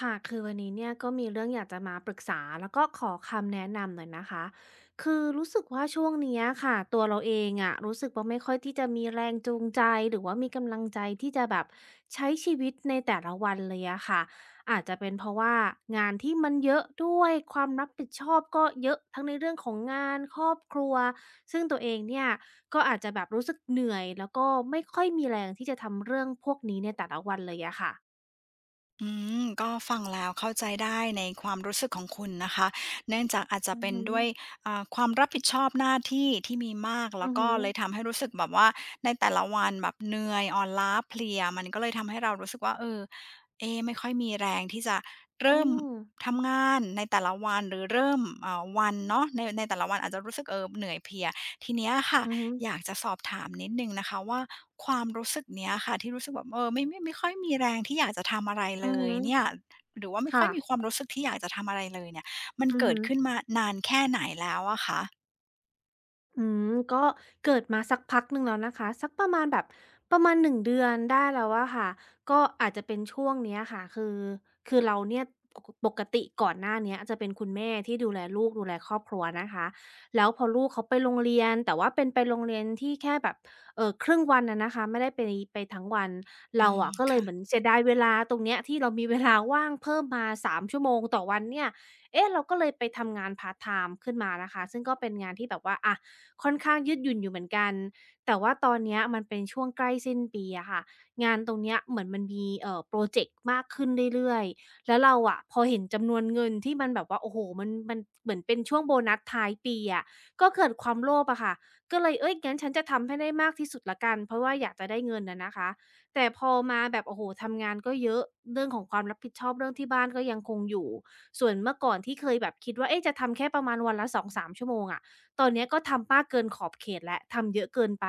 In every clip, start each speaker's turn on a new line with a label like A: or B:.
A: ค่ะคือวันนี้เนี่ยก็มีเรื่องอยากจะมาปรึกษาแล้วก็ขอคำแนะนำหน่อยนะคะคือรู้สึกว่าช่วงเนี้ยค่ะตัวเราเองอะรู้สึกว่าไม่ค่อยที่จะมีแรงจูงใจหรือว่ามีกำลังใจที่จะแบบใช้ชีวิตในแต่ละวันเลยอะค่ะอาจจะเป็นเพราะว่างานที่มันเยอะด้วยความรับผิดชอบก็เยอะทั้งในเรื่องของงานครอบครัวซึ่งตัวเองเนี่ยก็อาจจะแบบรู้สึกเหนื่อยแล้วก็ไม่ค่อยมีแรงที่จะทำเรื่องพวกนี้ในแต่ละวันเลยอะค่ะ
B: อืมก็ฟังแล้วเข้าใจได้ในความรู้สึกของคุณนะคะเนื่องจากอาจจะ
A: อือ
B: เป็น
A: ฮึ
B: ด้วยความรับผิดชอบหน้าที่ที่มีมากแล้
A: อื
B: ว
A: อ
B: ก็
A: ฮึ
B: เลยทำให้รู้สึกแบบว่าในแต่ละวันแบบเหนื่อยอ่อนล้าเพลียมันก็เลยทำให้เรารู้สึกว่าเออเอะไม่ค่อยมีแรงที่จะ
A: อื
B: เริ่ม
A: ม
B: ทำงานในแต่ละวันหรือเริ่มเอ่าวันเนาะในแต่ละวันอาจจะรู้สึกเออเหนื่อยเพลียทีเนี้ยค่ะ
A: อือฮึ
B: อยากจะสอบถามนิดหนึ่งนะคะว่าความรู้สึกเนี้ยค่ะที่รู้สึกแบบเออไม่ค่อยมีแรงที่อยากจะทำอะไร
A: อื
B: เล
A: อ
B: ย
A: ฮึ
B: เนี่ยหรือว่าไม่ค่อ
A: ค่ะ
B: ยมีความรู้สึกที่อยากจะทำอะไรเลยเนี่ยมัน
A: อือ
B: เกิด
A: ฮึ
B: ขึ้นมานานแค่ไหนแล้วอะคะ
A: ก็เกิดมาสักพักหนึ่งแล้วนะคะสักประมาณแบบประมาณ1 เดือนได้แล้วอะค่ะก็อาจจะเป็นช่วงเนี้ยค่ะคือเราเนี่ยปกติก่อนหน้าเนี้ยจะเป็นคุณแม่ที่ดูแลลูกดูแลครอบครัวนะคะแล้วพอลูกเขาไปโรงเรียนแต่ว่าเป็นไปโรงเรียนที่แค่แบบครึ่งวันอะนะคะไม่ได้ไปทั้งวัน
B: อื
A: เรา
B: ม
A: อะก็เลยเหมือน
B: ค่ะ
A: เสียดายเวลาตรงเนี้ยที่เรามีเวลาว่างเพิ่มมาสามชั่วโมงต่อวันเนี่ยเอ๊ะเราก็เลยไปทำงานพาร์ตไทม์ขึ้นมานะคะซึ่งก็เป็นงานที่แบบว่าอะ ค่อนข้างยืดหยุ่นอยู่เหมือนกัน แต่ว่าตอนเนี้ยมันเป็นช่วงใกล้สิ้นปีอะค่ะงานตรงเนี้ยเหมือนมันมีพรอเจกต์มากขึ้นเรื่อยๆแล้วเราอะพอเห็นจำนวนเงินที่มันแบบว่าโอ้โฮมันเหมือนเป็นช่วงโบนัสท้ายปีอะก็เกิดความโลภอะค่ะก็เลยเฮ้ยงั้นฉันจะทำให้ได้มากที่สุดแล้วกัน เพราะว่าอยากจะได้เงินอะนะคะ แต่พอมาแบบโอ้โฮทำงานก็เยอะ เรื่องของความรับผิดชอบเรื่องที่บ้านก็ยังคงอยู่ ส่วนเมื่อก่อนที่เคยแบบคิดว่าเอ๊ะจะทำแค่ประมาณวันละ2-3 ชั่วโมงอะ ตอนเนี้ยก็ทำมากเกินขอบเขตแล้วทำเยอะเกินไป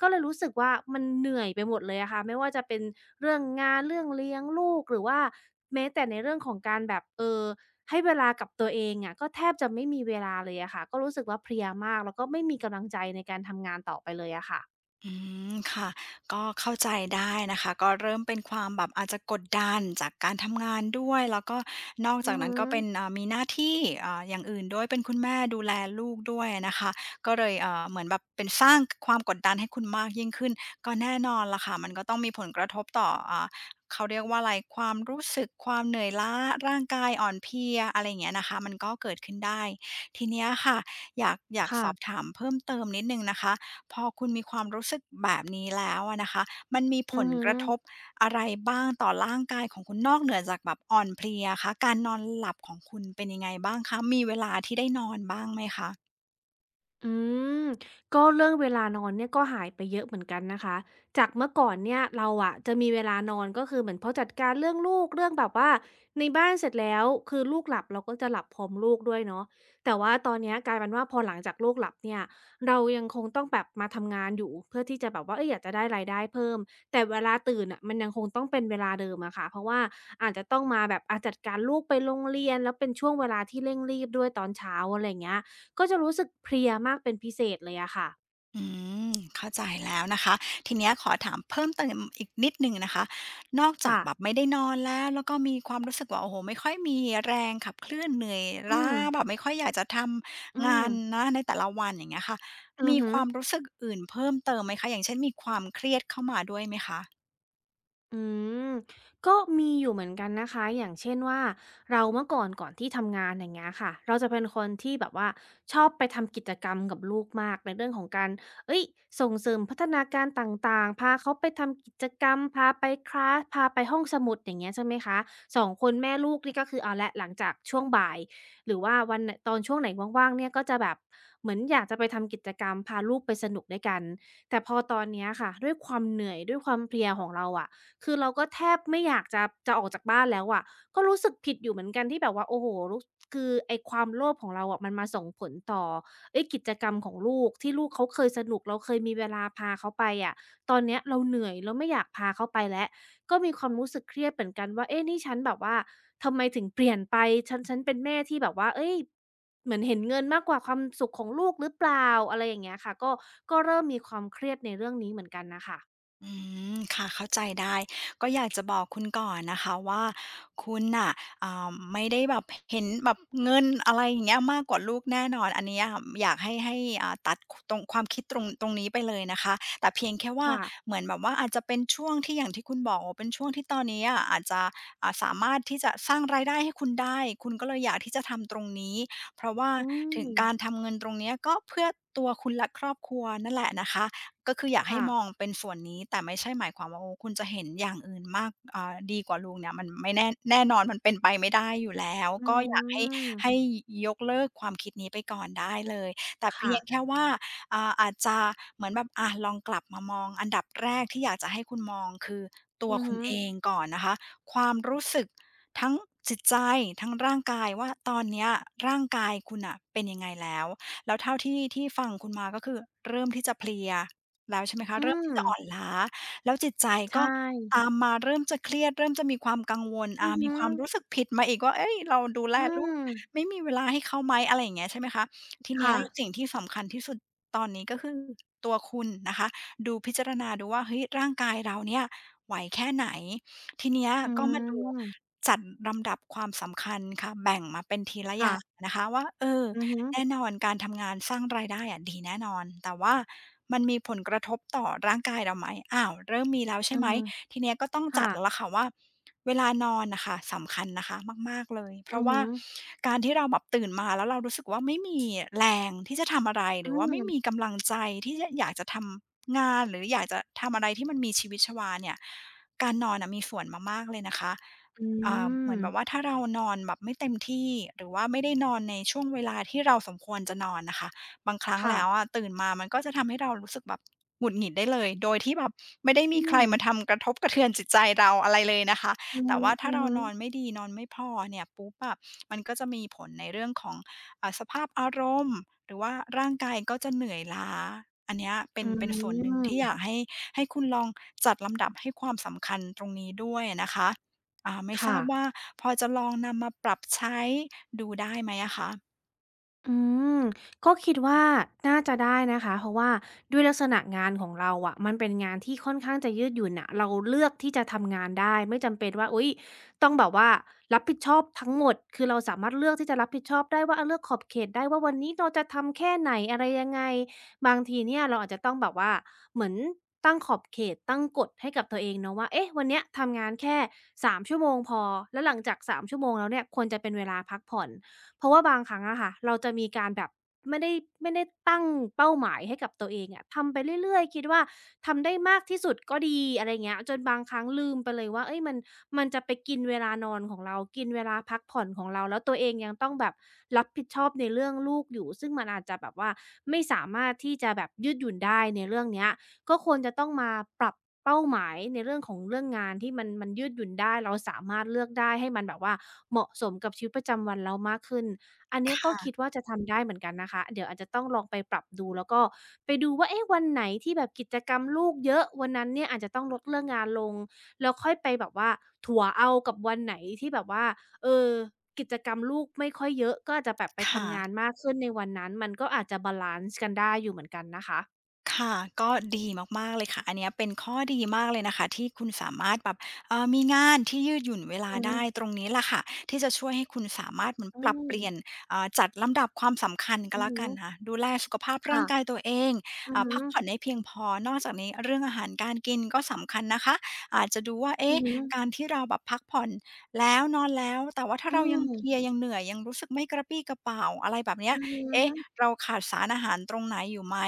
A: ก็เลยรู้สึกว่ามันเหนื่อยไปหมดเลยอะค่ะไม่ว่าจะเป็นเรื่องงานเรื่องเลี้ยงลูกหรือว่าแม้แต่ในเรื่องของการแบบให้เวลากับตัวเองอะก็แทบจะไม่มีเวลาเลยอะค่ะก็รู้สึกว่าเพลียมากแล้วก็ไม่มีกำลังใจในการทำงานต่อไปเลยอะค่ะ
B: อืมค่ะก็เข้าใจได้นะคะก็เริ่มเป็นความแบบอาจจะกดดันจากการทำงานด้วยแล้วก็นอก
A: อื
B: จา
A: อ
B: กนั้
A: ฮึ
B: นก็เป็นมีหน้าที่อย่างอื่นด้วยเป็นคุณแม่ดูแลลูกด้วยนะคะก็เลยเหมือนแบบเป็นสร้างความกดดันให้คุณมากยิ่งขึ้นก็แน่นอนล่ะค่ะมันก็ต้องมีผลกระทบต่อเขาเรียกว่าอะไรความรู้สึกความเหนื่อยล้าร่างกายอ่อนเพลียอะไรอย่างเงี้ยนะคะมันก็เกิดขึ้นได้ทีเนี้ยค่ะอยากสอบ
A: ค่ะ
B: ถามเพิ่มเติมนิดหนึ่งนะคะ พอคุณมีความรู้สึกแบบนี้แล้วอะนะคะ มันมีผ
A: อือ
B: ล
A: ฮึ
B: กระทบอะไรบ้างต่อร่างกายของคุณนอกเหนือจากแบบอ่อนเพลียคะการนอนหลับของคุณเป็นยังไงบ้างคะ มีเวลาที่ได้นอนบ้างไหมคะ
A: อืมก็เรื่องเวลานอนเนี่ยก็หายไปเยอะเหมือนกันนะคะจากเมื่อก่อนเนี่ยเราอะจะมีเวลานอนก็คือเหมือนพอจัดการเรื่องลูกเรื่องแบบว่าในบ้านเสร็จแล้วคือลูกหลับเราก็จะหลับพร้อมลูกด้วยเนาะแต่ว่าตอนเนี้ยกลายเป็นว่าพอหลังจากลูกหลับเนี่ยเรายังคงต้องแบบมาทำงานอยู่เพื่อที่จะแบบว่าเอยอยากจะได้รายได้เพิ่มแต่เวลาตื่นอะมันยังคงต้องเป็นเวลาเดิมอะค่ะเพราะว่าอาจจะต้องมาแบบอาจัดการลูกไปโรงเรียนแล้วเป็นช่วงเวลาที่เร่งรีบด้วยตอนเช้าอะไรอย่างเงี้ย ก็จะรู้สึกเพลียมากเป็นพิเศษเลยอะค่ะ
B: อืมเข้าใจแล้วนะคะทีเนี้ยขอถามเพิ่มเติมอีกนิดหนึ่งนะคะนอกจาก
A: ค่ะ
B: แบบไม่ได้นอนแล้วก็มีความรู้สึกว่าโอ้โฮไม่ค่อยมีแรงขับเคลื่อนเหนื่อย
A: อื
B: ล้า
A: ม
B: แบบไม่ค่อยอยากจะท
A: อื
B: ำงา
A: ม
B: นนะในแต่ละวันอย่างเงี้ยค่ะ
A: อือ
B: มี
A: ฮึ
B: ความรู้สึกอื่นเพิ่มเติมไหมคะอย่างเช่นมีความเครียดเข้ามาด้วยไหมคะ
A: อืมก็มีอยู่เหมือนกันนะคะอย่างเช่นว่าเราเมื่อก่อนที่ทำงานอย่างเงี้ยค่ะเราจะเป็นคนที่แบบว่าชอบไปทำกิจกรรมกับลูกมากในเรื่องของการเอ้ยส่งเสริมพัฒนาการต่างๆพาเขาไปทำกิจกรรมพาไปคลาสพาไปห้องสมุดอย่างเงี้ยใช่ไหมคะสองคนแม่ลูกนี่ก็คือเอาละหลังจากช่วงบ่ายหรือว่าวันไหนตอนช่วงไหนว่างๆเนี่ยก็จะแบบเหมือนอยากจะไปทำกิจกรรมพาลูกไปสนุกด้วยกันแต่พอตอนเนี้ยค่ะด้วยความเหนื่อยด้วยความเพลียของเราอะ คือเราก็แทบไม่อยากจะออกจากบ้านแล้วอะก็รู้สึกผิดอยู่เหมือนกันที่แบบว่าโอ้โฮรู้คือไอ้ความโลภของเราอะมันมาส่งผลต่อเฮ้ยกิจกรรมของลูกที่ลูกเขาเคยสนุกเราเคยมีเวลาพาเขาไปอะตอนเนี้ยเราเหนื่อยเราไม่อยากพาเขาไปแล้วก็มีความรู้สึกเครียดเหมือนกันว่าเอ๊ะนี่ฉันแบบว่าทำไมถึงเปลี่ยนไปฉันเป็นแม่ที่แบบว่าเฮ้ยเหมือนเห็นเงินมากกว่าความสุขของลูกหรือเปล่าอะไรอย่างเงี้ยค่ะก็เริ่มมีความเครียดในเรื่องนี้เหมือนกันน่ะค่ะ
B: อืมค่ะเข้าใจได้ก็อยากจะบอกคุณก่อนนะคะว่าคุณน่ะไม่ได้แบบเห็นแบบเงินอะไรอย่างเงี้ยมากกว่าลูกแน่นอนอันเนี้ยอยากให้ให้ตัดคตรงความคิดตรงนี้ไปเลยนะคะแต่เพียงแค่ว่า
A: ค่ะ
B: เหมือนแบบว่าอาจจะเป็นช่วงที่อย่างที่คุณบอกว่าเป็นช่วงที่ตอนนี้อะอาจจะสามารถที่จะสร้างรายได้ให้คุณได้คุณก็เลยอยากที่จะทำตรงนี้เพราะว่า
A: อื
B: ถึ
A: ม
B: งการทำเงินตรงเนี้ยก็เพื่อตัวคุณและครอบครัวนั่นแหละนะคะ ก็คืออยากให้
A: ค่ะ
B: มองเป็นส่วนนี้แต่ไม่ใช่หมายความว่าโอ้คุณจะเห็นอย่างอื่นมากดีกว่าลุงเนี่ยมันไม่แน่นอนมันเป็นไปไม่ได้อยู่แล้ว
A: อื
B: ก็อยากให้ให้
A: ม
B: ยกเลิกความคิดนี้ไปก่อนได้เลยแต่เพี
A: ค่ะ
B: ยงแค่ว่าอาจจะเหมือนแบบอะลองกลับมามองอันดับแรกที่อยากจะให้คุณมองคือตัว
A: อือ
B: คุณ
A: ฮึ
B: เองก่อนนะคะความรู้สึกทั้งจิตใจทั้งร่างกายว่าตอนเนี้ยร่างกายคุณน่ะเป็นยังไงแล้วแล้วเท่าที่ที่ฟังคุณมาก็คือเริ่มที่จะเพลีย แล้วใช่ไหมคะ
A: อื
B: เริ่ม
A: ม
B: ที่จะอ่อนล้าแล้วจิตใจ
A: ใช่
B: ก็ตามมาเริ่มจะเครียดเริ่มจะมีความกังวล
A: อือ
B: มี
A: ฮึ
B: ความรู้สึกผิดมาอีกว่าเฮ้ยเราดูแล
A: อื
B: ลูก
A: ม
B: ไม่มีเวลาให้เขาไหมอะไรอย่างเงี้ยใช่ไหมคะทีเนี้ย
A: ค่ะ
B: สิ่งที่สำคัญที่สุดตอนนี้ก็คือตัวคุณนะคะดูพิจารณาดูว่าเฮ้ยร่างกายเราเนี่ยไหวแค่ไหนทีเนี้ย
A: อื
B: ก็มาดู
A: ม
B: จัดลำดับความสำคัญค่ะแบ่งมาเป็นทีละอ
A: ค่ะ
B: ย่างนะคะว่าเออ
A: อือฮึ
B: แน่นอนการทำงานสร้างรายได้อะดีแน่นอนแต่ว่ามันมีผลกระทบต่อร่างกายเราไหมอ้าวเริ่มมีแล้ว
A: อื
B: ใช่ไหม
A: ม
B: ทีเนี้ยก็ต้อง
A: ค่ะ
B: จัดแล้วล่ะค่ะว่าเวลานอนน่ะค่ะสำคัญนะคะมากๆเลยเพ
A: อื
B: ราะ
A: อ
B: ว่า
A: ฮึ
B: การที่เราแบบตื่นมาแล้วเรารู้สึกว่าไม่มีแรงที่จะทำอะไรห
A: อื
B: รือว่าไม่มี
A: ม
B: กำลังใจที่จะอยากจะทำงานหรืออยากจะทำอะไรที่มันมีชีวิตชีวาเนี่ยการนอนน่ะมีส่วนมากๆเลยนะคะ
A: อื
B: เห
A: ม
B: มือนแบบว่าถ้าเรานอนแบบไม่เต็มที่หรือว่าไม่ได้นอนในช่วงเวลาที่เราสมควรจะนอนนะคะบางครั้ง
A: ค่ะ
B: แล้วอะตื่นมามันก็จะทำให้เรารู้สึกแบบหงุดหงิดได้เลยโดยที่แบบไม่ได้มี
A: อื
B: ใคร
A: ม
B: มาทำกระทบกระเทือนจิตใจเราอะไรเลยนะคะ
A: อือ
B: แต่
A: ฮึ
B: ว่าถ้าเรานอน
A: ๆ
B: ไม่ดีนอนไม่พอเนี่ยปุ๊บอะมันก็จะมีผลในเรื่องของสภาพอารมณ์หรือว่าร่างกายก็จะเหนื่อยล้าอันเนี้ยเป็น
A: อื
B: เป็นส่วนหนึ่งที่อยาก
A: ม
B: ให้คุณลองจัดลำดับให้ความสำคัญตรงนี้ด้วยนะคะ ไม่ทราบว่า
A: ค่ะ
B: พอจะลองนำมาปรับใช้ดูได้ไหมอะคะ
A: อืมก็คิดว่าน่าจะได้นะคะเพราะว่าด้วยลักษณะงานของเราอะมันเป็นงานที่ค่อนข้างจะยืดหยุ่นนะเราเลือกที่จะทำงานได้ไม่จำเป็นว่าอุ๊ยต้องแบบว่ารับผิดชอบทั้งหมดคือเราสามารถเลือกที่จะรับผิดชอบได้ว่าเลือกขอบเขตได้ว่าวันนี้เราจะทำแค่ไหนอะไรยังไงบางทีเนี่ยเราอาจจะต้องแบบว่าเหมือนตั้งขอบเขตตั้งกฎให้กับตัวเองเนาะว่าเอ๊ะวันเนี้ยทำงานแค่3 ชั่วโมงพอแล้วหลังจาก3ชั่วโมงแล้วเนี่ยควรจะเป็นเวลาพักผ่อน เพราะว่าบางครั้งอะค่ะเราจะมีการแบบไม่ได้ไม่ได้ตั้งเป้าหมายให้กับตัวเองอะทำไปเรื่อยๆคิดว่าทำได้มากที่สุดก็ดีอะไรเงี้ยจนบางครั้งลืมไปเลยว่าเฮ้ยมันจะไปกินเวลานอนของเรากินเวลาพักผ่อนของเราแล้วตัวเองยังต้องแบบรับผิดชอบในเรื่องลูกอยู่ซึ่งมันอาจจะแบบว่าไม่สามารถที่จะแบบยืดหยุ่นได้ในเรื่องเนี้ย ก็ควรจะต้องมาปรับเป้าหมายในเรื่องของเรื่องงานที่มันยืดหยุ่นได้เราสามารถเลือกได้ให้มันแบบว่าเหมาะสมกับชีวิตประจำวันเรามากขึ้นอันเนี้ยก็
B: ค่ะ
A: คิดว่าจะทำได้เหมือนกันนะคะเดี๋ยวอาจจะต้องลองไปปรับดูแล้วก็ไปดูว่าเอ๊ะวันไหนที่แบบกิจกรรมลูกเยอะวันนั้นเนี่ยอาจจะต้องลดเรื่องงานลงแล้วค่อยไปแบบว่าถัวเอากับวันไหนที่แบบว่าเออกิจกรรมลูกไม่ค่อยเยอะก็อาจจะแบบไป
B: ค่ะ
A: ทำงานมากขึ้นในวันนั้นมันก็อาจจะบาลันซ์กันได้อยู่เหมือนกันนะคะ
B: ค่ะก็ดีมากๆเลยค่ะอันเนี้ยเป็นข้อดีมากเลยนะคะที่คุณสามารถแบบมีงานที่ยืดหยุ่นเวลา
A: อือฮึ
B: ได้ตรงนี้แหละค่ะที่จะช่วยให้คุณสามารถเหมือน
A: อื
B: ปรับเป
A: ม
B: ลี่ยนจัดลำดับความสำคัญก็
A: อือ
B: แล้ว
A: ฮึ
B: กันนะคะดูแลสุขภาพร่า
A: ค่ะ
B: งกายตัวเอง
A: อือฮึ
B: พักผ่อนให้เพียงพอนอกจากนี้เรื่องอาหารการกินก็สำคัญนะคะอาจจะดูว่า
A: อื
B: เอ๊ะ
A: อฮึ
B: การที่เราแบบพักผ่อนแล้วนอนแล้วแต่ว่าถ้า
A: อื
B: เรายังเพลีย
A: ม
B: ยังเหนื่อยยังรู้สึกไม่กระปรี้กระเปร่าอะไรแบบเนี้ย
A: อือ
B: เอ๊ะ
A: ฮึ
B: เราขาดสารอาหารตรงไหนอยู่ไหม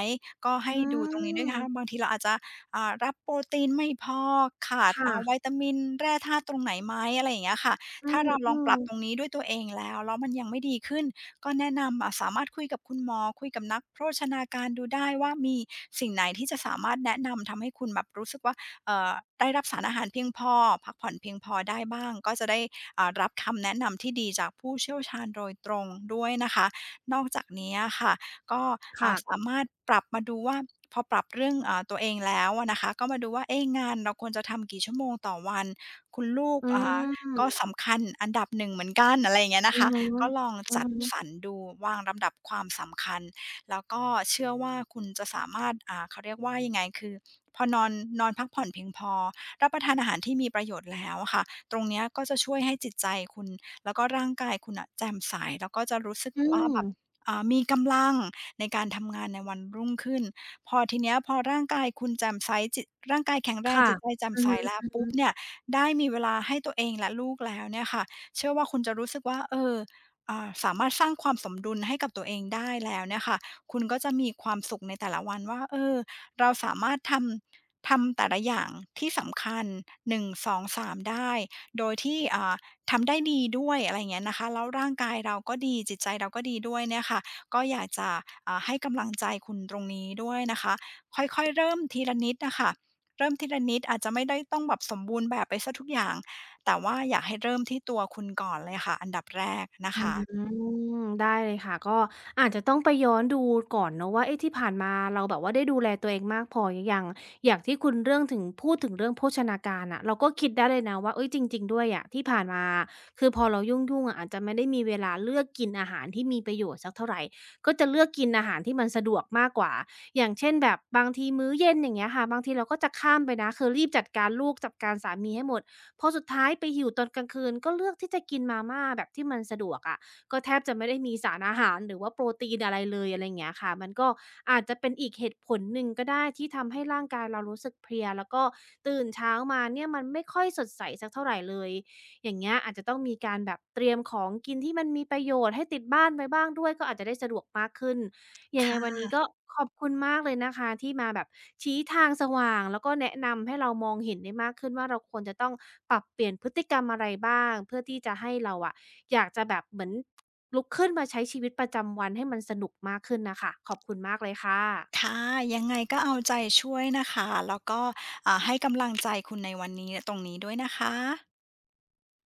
B: ก็
A: อื
B: ให้ดูตรงนี้ด้วยนะคะบาง
A: ม
B: ทีเราอาจจะรับโปรตีนไม่พอขาด
A: ค่ะ
B: วิตามินแร่ธาตุตรงไหนไหมอะไรอย่างเงี้ยค่ะ
A: อื
B: ถ้าเราลองป
A: ม
B: รับตรง
A: ๆ
B: นี้ด้วยตัวเองแล้วมันยังไม่ดีขึ้น ก็แนะนำสามารถคุยกับคุณหมอ คุยกับนักโภชนาการดูได้ว่ามีสิ่งไหนที่จะสามารถแนะนำทำให้คุณแบบรู้สึกว่าเอ่อได้รับสารอาหารเพียงพอพักผ่อนเพียงพอได้บ้าง ก็จะได้รับคำแนะนำที่ดีจากผู้เชี่ยวชาญโดยตรงด้วยนะคะ นอกจากนี้อะค่ะก็
A: ค่ะ
B: สามารถปรับมาดูว่าพอปรับเรื่องตัวเองแล้วอะนะคะก็มาดูว่าเอ๊ะงานเราควรจะทำกี่ชั่วโมงต่อวันคุณลูก
A: อื
B: ก็
A: ม
B: สำคัญอันดับหนึงเหมือนกันอะไรอย่างเงี้ยนะ
A: อือ
B: คะ
A: ฮึ
B: ก็ลอง
A: อือ
B: จัด
A: ฮึ
B: สรรดูวางลำดับความสำคัญแล้วก็เชื่อว่าคุณจะสามารถเขาเรียกว่ายังไงคือพอนอนนอนพักผ่อนเพียงพอรับประทานอาหารที่มีประโยชน์แล้วอะค่ะตรงเนี้ยก็จะช่วยให้จิตใจคุณแล้วก็ร่างกายคุณน่ะแจ่มใสแล้วก็จะรู้สึก
A: อื
B: ว่าแบบ
A: ม
B: มีกำลังในการทำงานในวันรุ่งขึ้นพอทีเนี้ยพอร่างกายคุณแจ่มใสจิตร่างกายแข็งแรง
A: ค่ะ
B: จิตใจแจ่ม
A: อือ
B: ใส
A: ฮึ
B: แล้วปุ๊บเนี่
A: ๆ
B: ยได้มีเวลาให้ตัวเองและลูกแล้วเนี่ยค่ะเชื่อว่าคุณจะรู้สึกว่าเออสามารถสร้างความสมดุลให้กับตัวเองได้แล้วเนี่ยค่ะคุณก็จะมีความสุขในแต่ละวันว่าเออเราสามารถทำแต่ละอย่างที่สำคัญ1 2 3ได้โดยที่ทำได้ดีด้วยอะไรอย่างเงี้ยนะคะแล้วร่างกายเราก็ดีจิตใจเราก็ดีด้วยเนี่ยค่ะก็อยากจะให้กำลังใจคุณตรงนี้ด้วยนะคะค่อยๆเริ่มทีละนิดอะค่ะเริ่มทีละนิดอาจจะไม่ได้ต้องแบบสมบูรณ์แบบไปเสียทุกอย่างแต่ว่าอยากให้เริ่มที่ตัวคุณก่อนเลยค่ะอันดับแรกนะ
A: อื
B: คะ
A: มได้เลยค่ะก็อาจจะต้องไปย้อนดูก่อนเนาะว่าเอ๊ะที่ผ่านมาเราแบบว่าได้ดูแลตัวเองมากพอหรือยังอย่างที่คุณเรื่องถึงพูดถึงเรื่องโภชนาการน่ะเราก็คิดได้เลยนะว่าเฮ้ยจริงๆด้วยอะที่ผ่านมาคือพอเรายุ่งๆอะอาจจะไม่ได้มีเวลาเลือกกินอาหารที่มีประโยชน์สักเท่าไรก็จะเลือกกินอาหารที่มันสะดวกมากกว่าอย่างเช่นแบบบางทีมื้อเย็นอย่างเงี้ยค่ะบางทีเราก็จะข้ามไปนะคือรีบจัดการลูกจัดการสามีให้หมด พอสุดท้ายไปหิวตอนกลางคืนก็เลือกที่จะกินมาม่าแบบที่มันสะดวกอะก็แทบจะไม่ได้มีสารอาหารหรือว่าโปรตีนอะไรเลยอะไรอย่างเงี้ยค่ะมันก็อาจจะเป็นอีกเหตุผลหนึ่งก็ได้ที่ทำให้ร่างกายเรารู้สึกเพลียแล้วก็ตื่นเช้ามาเนี่ยมันไม่ค่อยสดใสสักเท่าไรเลยอย่างเงี้ยอาจจะต้องมีการแบบเตรียมของกินที่มันมีประโยชน์ให้ติดบ้านไว้บ้างด้วยก็อาจจะได้สะดวกมากขึ้น ยั
B: ค
A: งไงวันนี้
B: ่ะ
A: ก็ขอบคุณมากเลยนะคะที่มาแบบชี้ทางสว่างแล้วก็แนะนำให้เรามองเห็นได้มากขึ้นว่าเราควรจะต้องปรับเปลี่ยนพฤติกรรมอะไรบ้างเพื่อที่จะให้เราอะอยากจะแบบเหมือนลุกขึ้นมาใช้ชีวิตประจำวันให้มันสนุกมากขึ้นน่ะค่ะขอบคุณมากเลยค่ะ
B: ค่ะยังไงก็เอาใจช่วยนะคะแล้วก็ให้กำลังใจคุณในวันนี้ตรงนี้ด้วยนะคะ